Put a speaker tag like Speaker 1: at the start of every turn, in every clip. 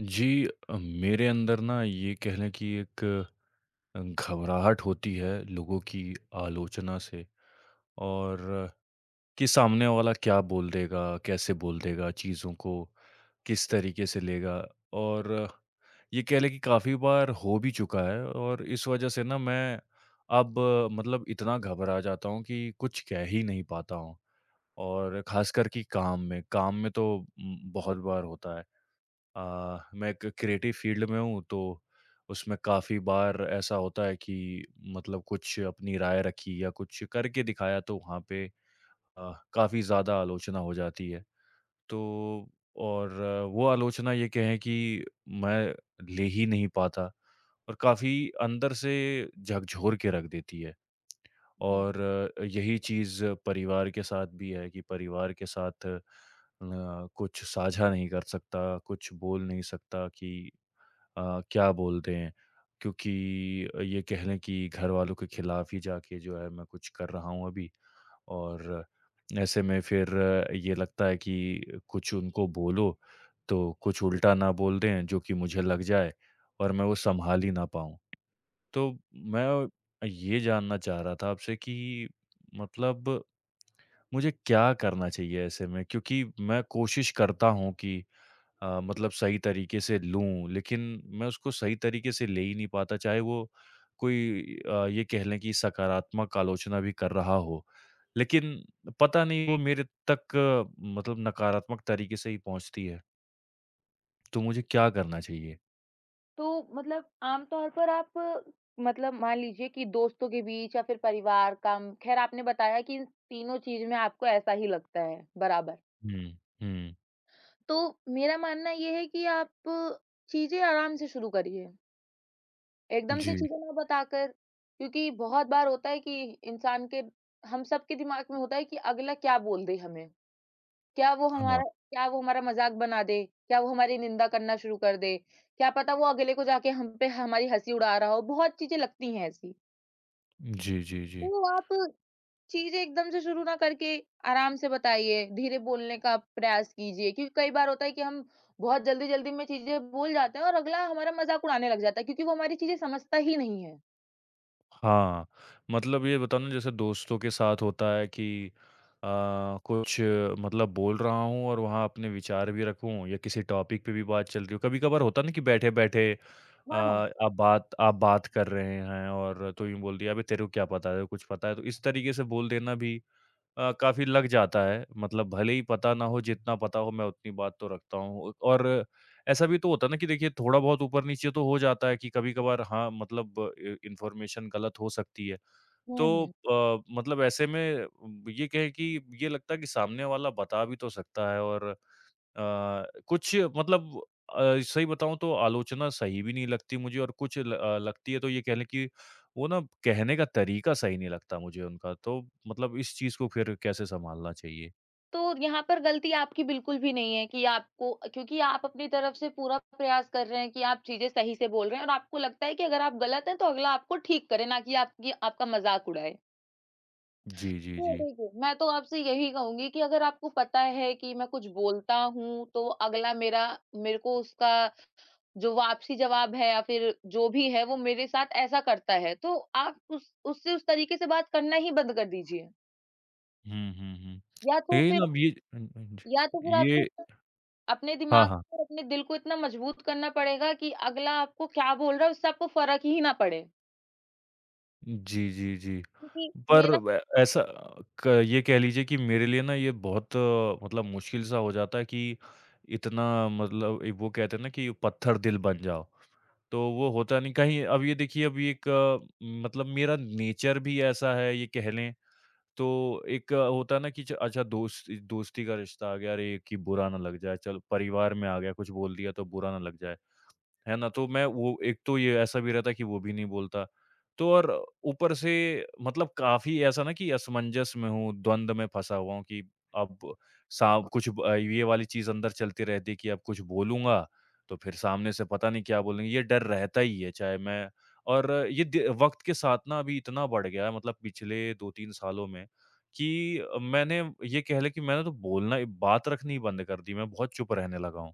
Speaker 1: जी। मेरे अंदर ना ये कह लें कि एक घबराहट होती है लोगों की आलोचना से। और कि सामने वाला क्या बोल देगा, कैसे बोल देगा, चीज़ों को किस तरीके से लेगा। और ये कह लें कि काफ़ी बार हो भी चुका है, और इस वजह से ना मैं अब मतलब इतना घबरा जाता हूँ कि कुछ कह ही नहीं पाता हूँ। और ख़ासकर कि काम में तो बहुत बार होता है। अ, मैं एक क्रिएटिव फील्ड में हूँ, तो उसमें काफ़ी बार ऐसा होता है कि मतलब कुछ अपनी राय रखी या कुछ करके दिखाया, तो वहाँ पे काफ़ी ज़्यादा आलोचना हो जाती है। तो और वो आलोचना ये कहें कि मैं ले ही नहीं पाता, और काफ़ी अंदर से झकझोर के रख देती है।
Speaker 2: हुँ।
Speaker 1: और यही चीज़ परिवार के साथ भी है कि परिवार के साथ कुछ साझा नहीं कर सकता, कुछ बोल नहीं सकता कि क्या बोलते हैं, क्योंकि ये कह लें कि घर वालों के खिलाफ ही जाके जो है, मैं कुछ कर रहा हूँ अभी। और ऐसे में फिर ये लगता है कि कुछ उनको बोलो तो कुछ उल्टा ना बोल दें जो कि मुझे लग जाए, और मैं वो संभाल ही ना पाऊँ। तो मैं ये जानना चाह रहा था आपसे कि मतलब मुझे क्या करना चाहिए ऐसे में? क्योंकि मैं कोशिश करता हूँ कि मतलब सही तरीके से लूँ, लेकिन मैं उसको सही तरीके से ले ही नहीं पाता, चाहे वो कोई ये कह लें कि सकारात्मक आलोचना भी कर रहा हो। लेकिन पता नहीं वो मेरे तक मतलब नकारात्मक तरीके से ही पहुँचती है, तो मुझे क्या करना चाहिए?
Speaker 2: तो मतलब आमतौर पर आप मतलब मान लीजिए कि दोस्तों के बीच या फिर परिवार, काम, ख़ैर आपने बताया कि इन तीनों चीज़ में आपको ऐसा ही लगता है, बराबर।
Speaker 1: हुँ, हुँ।
Speaker 2: तो मेरा मानना ये है कि आप चीज़ें आराम से शुरू करिए, एकदम से
Speaker 1: जी,
Speaker 2: चीज़ें ना बताकर। क्योंकि बहुत बार होता है कि इंसान के हम सबके दिमाग में होता है कि अगला क्या बोल दे हमें। क्या वो
Speaker 1: हाँ।
Speaker 2: हमारा क्या वो हमारा मज़ाक बना दे? क्या वो हमारी निंदा करना शुरू कर दे? क्या पता वो अगले को जाके हम पे हमारी हँसी उड़ा रहा हो, बहुत चीज़ें लगती हैं ऐसी।
Speaker 1: जी, जी, जी।
Speaker 2: तो आप चीज़ें एकदम से शुरू ना करके आराम से बताइए, धीरे बोलने का प्रयास कीजिए, क्योंकि कई बार होता है कि हम बहुत जल्दी-जल्दी में चीज़ें बोल जाते हैं और अगला हमारा मज़ाक उड़ाने लग जाता है क्योंकि वो हमारी चीज़ें समझता ही नहीं है।
Speaker 1: हाँ, मतलब ये बताओ ना जैसे दोस्तों के साथ होता है कि अ, कुछ मतलब बोल रहा हूँ और वहाँ अपने विचार भी रखूँ या किसी टॉपिक पे भी बात चल रही हो। कभी-कभार होता ना कि बैठे-बैठे
Speaker 2: हाँ, हाँ।
Speaker 1: आप बात कर रहे हैं, और तो यूँ बोल दिया, "अबे तेरे को क्या पता है? कुछ पता है?" तो इस तरीके से बोल देना भी काफ़ी लग जाता है, मतलब भले ही पता ना हो, जितना पता हो मैं उतनी बात तो रखता हूँ। और ऐसा भी तो होता है ना कि देखिए थोड़ा बहुत ऊपर-नीचे तो हो जाता है कि कभी-कभार हाँ, मतलब इन्फॉर्मेशन गलत हो सकती है।
Speaker 2: हुँ,
Speaker 1: तो
Speaker 2: हुँ।
Speaker 1: मतलब ऐसे में ये कहें कि ये लगता है कि सामने वाला बता भी तो सकता है, और कुछ मतलब सही बताऊँ तो आलोचना सही भी नहीं लगती मुझे, और कुछ लगती है तो ये कह लें कि वो ना, कहने का तरीका सही नहीं लगता मुझे उनका। तो मतलब इस चीज़ को फिर कैसे सँभालना चाहिए?
Speaker 2: तो यहाँ पर गलती आपकी बिल्कुल भी नहीं है कि आपको, क्योंकि आप अपनी तरफ से पूरा प्रयास कर रहे हैं कि आप चीज़ें सही से बोल रहे हैं और आपको लगता है कि अगर आप गलत हैं तो अगला आपको ठीक करे, ना कि आपकी आपका मज़ाक उड़ाए।
Speaker 1: जी, जी,
Speaker 2: तो
Speaker 1: जी।
Speaker 2: देखिए, मैं तो आपसे यही कहूँगी कि अगर आपको पता है कि मैं कुछ बोलता हूँ, तो अगला मेरा मेरे को उसका जो वापसी जवाब है या फिर जो भी है वो मेरे साथ ऐसा करता है, तो आप उस तरीके से बात करना ही बंद कर दीजिए।
Speaker 1: हुँ, हुँ, हुँ।
Speaker 2: या तो
Speaker 1: यही
Speaker 2: फिर
Speaker 1: ना अब ये हुँ, हुँ, जी।
Speaker 2: या तो फिर आपको
Speaker 1: ये
Speaker 2: अपने
Speaker 1: हाँ,
Speaker 2: दिमाग
Speaker 1: हाँ।
Speaker 2: को और अपने दिल को इतना मजबूत करना पड़ेगा कि अगला आपको क्या बोल रहा है उससे आपको फ़र्क ही ना पड़े।
Speaker 1: जी, जी, जी।
Speaker 2: क्योंकि
Speaker 1: पर
Speaker 2: मेरा
Speaker 1: व ऐसा क ये कह लीजिए कि मेरे लिए ना ये बहुत मतलब मुश्किल सा हो जाता है कि इतना मतलब वो कहते हैं ना कि पत्थर दिल बन जाओ, तो वो होता नहीं। कहीं अब ये देखिए, अब ये एक मतलब मेरा नेचर भी ऐसा है ये कह लें, तो एक होता है ना कि च अच्छा दोस्त दोस्ती का रिश्ता आ गया, अरे! कि बुरा ना लग जाए, चलो परिवार में आ गया, कुछ बोल दिया तो बुरा ना लग जाए। है ना? तो मैं वो एक तो ये ऐसा भी रहता है कि वो भी नहीं बोलता। तो और ऊपर से मतलब काफ़ी ऐसा ना कि असमंजस में हूँ, द्वंद में फँसा हुआ हूँ कि अब सा कुछ ये वाली चीज़ अंदर चलती रहती है कि अब कुछ बोलूँगा, तो फिर सामने से पता नहीं क्या बोलेंगे, ये डर रहता ही है चाहे मैं। और ये द वक़्त के साथ ना अभी इतना बढ़ गया है, मतलब पिछले 2-3 सालों में कि मैंने ये कह लें कि मैंने तो बोलना, बात रखनी ही बंद कर दी, मैं बहुत चुप रहने लगा हूँ।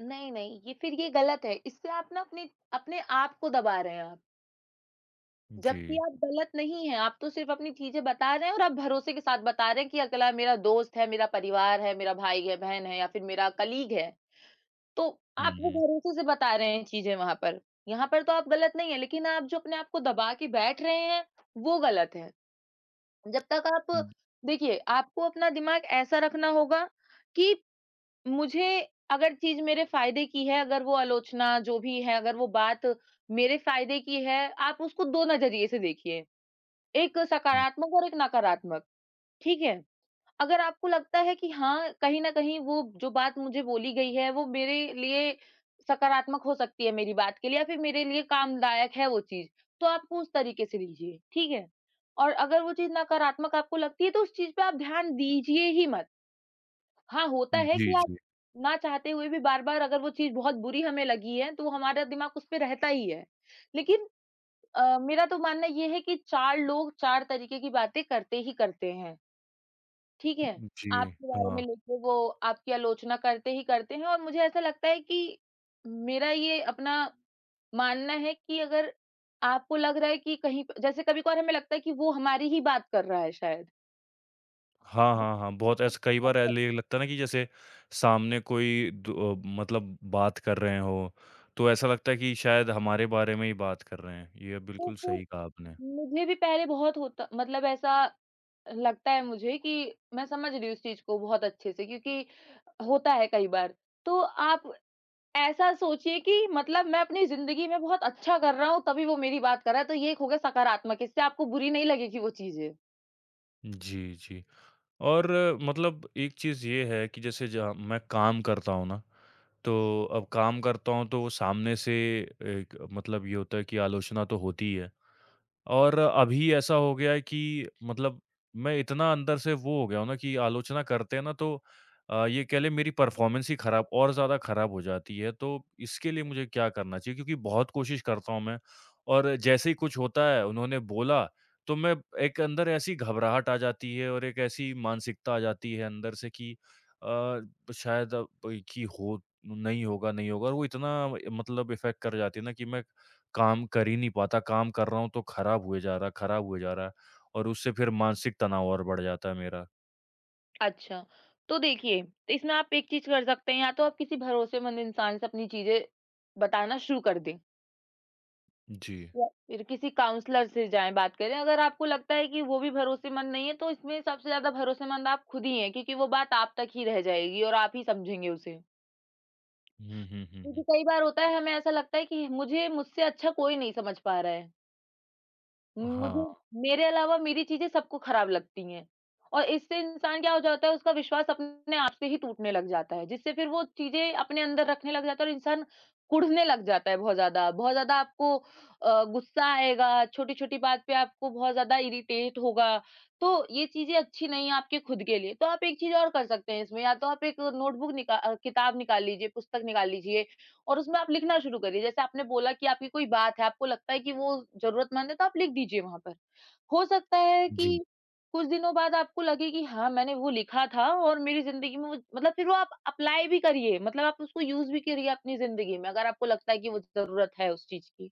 Speaker 2: नहीं, नहीं, ये गलत है। इससे आप ना अपने अपने आप को दबा रहे हैं आप।
Speaker 1: जी।
Speaker 2: जबकि आप गलत नहीं हैं, आप तो सिर्फ़ अपनी चीज़ें बता रहे हैं और आप भरोसे के साथ बता रहे हैं कि अगला मेरा दोस्त है, मेरा परिवार है, मेरा भाई है, बहन है या फिर मेरा कलीग है। तो
Speaker 1: हुँ,
Speaker 2: आप वो
Speaker 1: हुँ।
Speaker 2: भरोसे से बता रहे हैं चीज़ें वहाँ पर। यहाँ पर तो आप गलत नहीं हैं, लेकिन आप जो अपने आप को दबा के बैठ रहे हैं, वो गलत है। जब तक आप देखिए, आपको अपना दिमाग ऐसा रखना होगा कि मुझे अगर चीज़ मेरे फ़ायदे की है, अगर वो आलोचना जो भी है, अगर वो बात मेरे फ़ायदे की है, आप उसको 2 नज़रिए से देखिए। एक
Speaker 1: हुँ।
Speaker 2: सकारात्मक और एक नकारात्मक, ठीक है? अगर आपको लगता है कि हाँ, कहीं न कहीं वो जो बात मुझे बोली गई है, वो मेरे लिए सकारात्मक हो सकती है मेरी बात के लिए या फिर मेरे लिए कामदायक है वो चीज़, तो आपको उस तरीके से लीजिए, ठीक है? और अगर वो चीज़ नकारात्मक आपको लगती है, तो उस चीज़ पे आप ध्यान दीजिए ही मत। हाँ, होता है कि
Speaker 1: जी,
Speaker 2: आप
Speaker 1: जी।
Speaker 2: ना चाहते हुए भी बार-बार अगर वो चीज़ बहुत बुरी हमें लगी है, तो हमारा दिमाग उस पे रहता ही है। लेकिन मेरा तो मानना ये है कि 4 लोग 4 तरीके की बातें करते ही करते हैं। ठीक है?
Speaker 1: जी,
Speaker 2: आपके बारे में
Speaker 1: हाँ।
Speaker 2: लेके वो आपकी आलोचना करते ही करते हैं और मुझे ऐसा लगता है कि मेरा ये अपना मानना है कि अगर आपको लग रहा है कि कहीं प जैसे कभी-कभार हमें लगता है कि वो हमारी ही बात कर रहा है शायद,
Speaker 1: हाँ,
Speaker 2: वो
Speaker 1: हाँ, हाँ,
Speaker 2: हमारे
Speaker 1: बहुत
Speaker 2: बारे
Speaker 1: ऐसा कई
Speaker 2: में बात
Speaker 1: बार
Speaker 2: कर
Speaker 1: ऐल ये
Speaker 2: रहा
Speaker 1: लगता है ना कि जैसे
Speaker 2: है,
Speaker 1: सामने कोई मतलब बात कर रहे हो, तो ऐसा लगता है कि शायद हमारे बारे में ही बात कर रहे हैं। ये
Speaker 2: तो
Speaker 1: बिल्कुल
Speaker 2: फिर
Speaker 1: सही कहा आपने।
Speaker 2: मुझे भी पहले बहुत होता मतलब ऐसा लगता है मुझे कि मैं समझ रही हूँ इस चीज़ को बहुत अच्छे से, क्योंकि होता है कई बार। तो आप ऐसा सोचिए कि मतलब मैं अपनी ज़िंदगी में बहुत अच्छा कर रहा हूँ, तभी वो मेरी बात कर रहा है, तो ये एक हो गया सकारात्मक, इससे आपको बुरी नहीं लगेगी वो चीज़ें।
Speaker 1: जी, जी। और मतलब एक चीज़ ये है कि जैसे जहाँ मैं काम करता हूँ ना, तो अब काम करता हूँ तो सामने से एक मतलब ये होता है कि आलोचना तो होती ही है। और अभी ऐसा हो गया है कि मतलब मैं इतना अंदर से वो हो गया हूँ ना कि आलोचना करते हैं ना तो ये कह लें, मेरी परफ़ॉर्मेंस ही खराब और ज़्यादा खराब हो जाती है। तो इसके लिए मुझे क्या करना चाहिए? क्योंकि बहुत कोशिश करता हूँ मैं, और जैसे ही कुछ होता है उन्होंने बोला, तो मैं एक अंदर ऐसी घबराहट आ जाती है और एक ऐसी मानसिकता आ जाती है अंदर से कि अ, शायद अब कि हो नहीं होगा, नहीं होगा, और वो इतना मतलब इफ़ेक्ट कर जाती है ना कि मैं काम कर ही नहीं पाता, काम कर रहा हूँ तो खराब हुए जा रहा है, खराब हुए जा रहा है, और उससे फिर मानसिक तनाव और बढ़ जाता है मेरा।
Speaker 2: अच्छा, तो देखिए, तो इसमें आप एक चीज़ कर सकते हैं, या तो आप किसी भरोसेमंद इंसान से अपनी चीज़ें बताना शुरू कर दें,
Speaker 1: जी।
Speaker 2: या फिर किसी काउंसलर से जाएँ, बात करें। अगर आपको लगता है कि वो भी भरोसेमंद नहीं है, तो इसमें सबसे ज़्यादा भरोसेमंद आप खुद ही हैं, क्योंकि वो बात आप तक ही रह जाएगी और आप ही समझेंगे उसे।
Speaker 1: हुँ, हुँ, हुँ,
Speaker 2: क्योंकि
Speaker 1: हुँ।
Speaker 2: कई बार होता है, हमें ऐसा लगता है कि मुझे मुझसे अच्छा कोई नहीं समझ पा रहा है।
Speaker 1: हाँ।
Speaker 2: मुझे मेरे अलावा मेरी चीज़ें सबको खराब लगती हैं और इससे इंसान क्या हो जाता है, उसका विश्वास अपने आप से ही टूटने लग जाता है, जिससे फिर वो चीज़ें अपने अंदर रखने लग जाता है और इंसान कुढ़ने लग जाता है बहुत ज़्यादा। बहुत ज़्यादा आपको गुस्सा आएगा, छोटी-छोटी बात पे आपको बहुत ज़्यादा इरिटेट होगा, तो ये चीज़ें अच्छी नहीं है आपके खुद के लिए। तो आप एक चीज़ और कर सकते हैं इसमें, या तो आप एक किताब निकाल लीजिए, पुस्तक निकाल लीजिए और उसमें आप लिखना शुरू करिए। जैसे आपने बोला कि आपकी कोई बात है, आपको लगता है कि वो ज़रूरतमंद है, तो आप लिख दीजिए वहाँ पर। हो सकता है
Speaker 1: जी।
Speaker 2: कि कुछ दिनों बाद आपको लगे कि हाँ, मैंने वो लिखा था और मेरी ज़िंदगी में वो, मतलब फिर वो आप अप्लाई भी करिए, मतलब आप उसको यूज़ भी करिए अपनी ज़िंदगी में अगर आपको लगता है कि वो ज़रूरत है उस चीज़ की।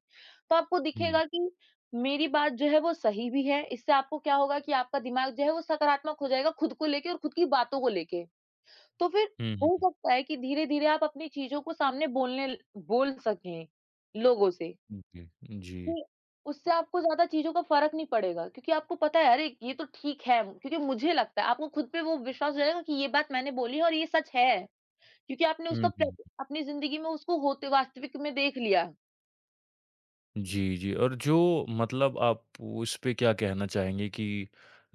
Speaker 2: तो आपको
Speaker 1: हुँ।
Speaker 2: दिखेगा कि मेरी बात जो है वो सही भी है, इससे आपको क्या होगा कि आपका दिमाग जो है वो सकारात्मक हो जाएगा खुद को लेके और खुद की बातों को लेके। तो फिर
Speaker 1: हुँ, हुँ,
Speaker 2: हो
Speaker 1: हुँ।
Speaker 2: सकता है कि धीरे-धीरे आप अपनी चीज़ों को सामने बोल सकें लोगों से,
Speaker 1: जी, जी।
Speaker 2: कि उससे आपको ज़्यादा चीज़ों का फ़र्क नहीं पड़ेगा, क्योंकि आपको पता है, अरे! ये तो ठीक है, क्योंकि मुझे लगता है आपको खुद पे वो विश्वास हो जाएगा कि ये बात मैंने बोली है और ये सच है, क्योंकि आपने उसका
Speaker 1: हुँ,
Speaker 2: प्र
Speaker 1: हुँ।
Speaker 2: अपनी ज़िंदगी में उसको होते वास्तविक में देख लिया।
Speaker 1: जी, जी। और जो मतलब आप उस पे क्या कहना चाहेंगे कि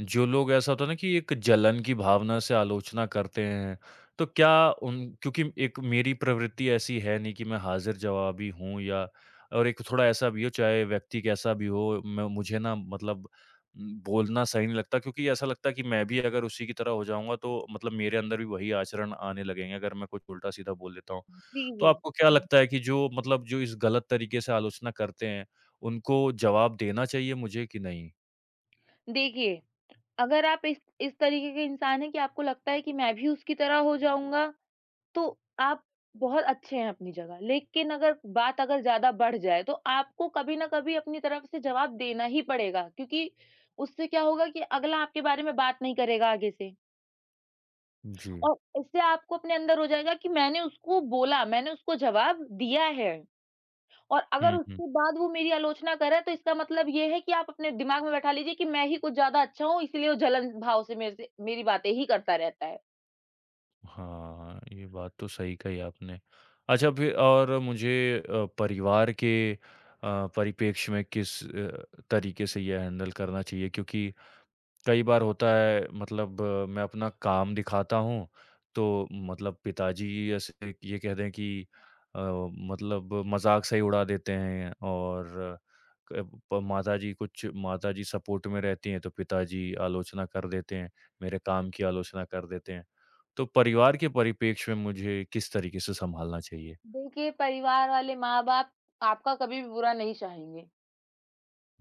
Speaker 1: जो लोग ऐसा होता है ना कि एक जलन की भावना से आलोचना करते हैं, तो क्या उन क्योंकि एक मेरी प्रवृत्ति ऐसी है नहीं कि मैं हाज़िर-जवाबी हूँ या, और एक थोड़ा ऐसा भी हो, चाहे व्यक्ति कैसा भी हो, मैं मुझे ना मतलब बोलना सही नहीं लगता क्योंकि ऐसा लगता है कि मैं भी अगर उसी की तरह हो जाऊँगा तो मतलब मेरे अंदर भी वही आचरण आने लगेंगे अगर मैं कुछ उल्टा-सीधा बोल देता हूँ।
Speaker 2: जी,
Speaker 1: तो
Speaker 2: जी।
Speaker 1: आपको क्या लगता है कि जो मतलब जो इस गलत तरीके से आलोचना करते हैं, उनको जवाब देना चाहिए मुझे कि नहीं?
Speaker 2: देखिए, अगर आप इस तरीके के इंसान हैं कि आपको लगता है कि मैं भी उसकी तरह हो जाऊँगा, तो आप बहुत अच्छे हैं अपनी जगह, लेकिन अगर बात अगर ज़्यादा बढ़ जाए तो आपको कभी न कभी अपनी तरफ से जवाब देना ही पड़ेगा, क्योंकि उससे क्या होगा कि अगला आपके बारे में बात नहीं करेगा आगे से
Speaker 1: जी।
Speaker 2: और इससे आपको अपने अंदर हो जाएगा कि मैंने उसको बोला, मैंने उसको जवाब दिया है और अगर
Speaker 1: हुँ, हुँ।
Speaker 2: उसके बाद वो मेरी आलोचना करे, तो इसका मतलब ये है कि आप अपने दिमाग में बैठा लीजिए कि मैं ही कुछ ज़्यादा अच्छा हूँ, इसलिए वो जलन भाव से मेरे से मेरी बातें ही करता रहता है।
Speaker 1: हाँ, ये बात तो सही कही आपने। अच्छा फिर और मुझे परिवार के परिप्रेक्ष्य में किस तरीके से ये हैंडल करना चाहिए? क्योंकि कई बार होता है मतलब मैं अपना काम दिखाता हूँ, तो मतलब पिताजी ऐसे ये कह दें कि अ, मतलब मज़ाक से ही उड़ा देते हैं, और क प माताजी सपोर्ट में रहती हैं, तो पिताजी आलोचना कर देते हैं, मेरे काम की आलोचना कर देते हैं। तो परिवार के परिप्रेक्ष्य में मुझे किस तरीके से सँभालना चाहिए?
Speaker 2: देखिए, परिवार वाले, माँ-बाप आपका कभी भी बुरा नहीं चाहेंगे।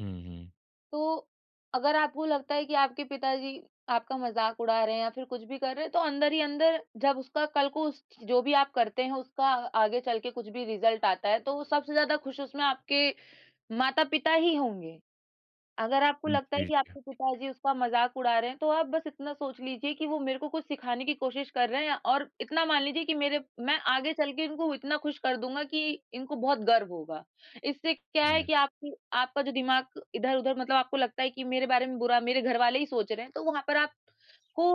Speaker 1: हुँ, हुँ।
Speaker 2: तो अगर आपको लगता है कि आपके पिताजी आपका मज़ाक उड़ा रहे हैं या फिर कुछ भी कर रहे हैं, तो अंदर ही अंदर जब उसका कल को, उस जो भी आप करते हैं उसका आगे चल के कुछ भी रिज़ल्ट आता है, तो सबसे ज़्यादा खुश उसमें आपके माता-पिता ही होंगे। अगर आपको
Speaker 1: जी,
Speaker 2: लगता है कि
Speaker 1: जी।
Speaker 2: आपके पिताजी उसका मज़ाक उड़ा रहे हैं, तो आप बस इतना सोच लीजिए कि वो मेरे को कुछ सिखाने की कोशिश कर रहे हैं और इतना मान लीजिए कि मेरे मैं आगे चल के इनको इतना खुश कर दूँगा कि इनको बहुत गर्व होगा। इससे क्या है
Speaker 1: जी।
Speaker 2: कि आपकी आपका जो दिमाग इधर-उधर, मतलब आपको लगता है कि मेरे बारे में बुरा मेरे घरवाले ही सोच रहे हैं, तो वहाँ पर आपको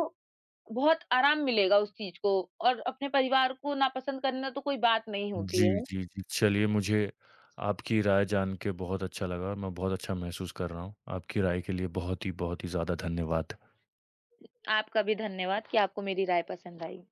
Speaker 2: बहुत आराम मिलेगा उस चीज़ को और अपने परिवार को नापसंद करना तो कोई बात नहीं होती
Speaker 1: जी,
Speaker 2: है।
Speaker 1: जी, जी। चलिए, मुझे आपकी राय जान के बहुत अच्छा लगा और मैं बहुत अच्छा महसूस कर रहा हूँ। आपकी राय के लिए बहुत ही ज़्यादा धन्यवाद।
Speaker 2: आपका भी धन्यवाद कि आपको मेरी राय पसंद आई।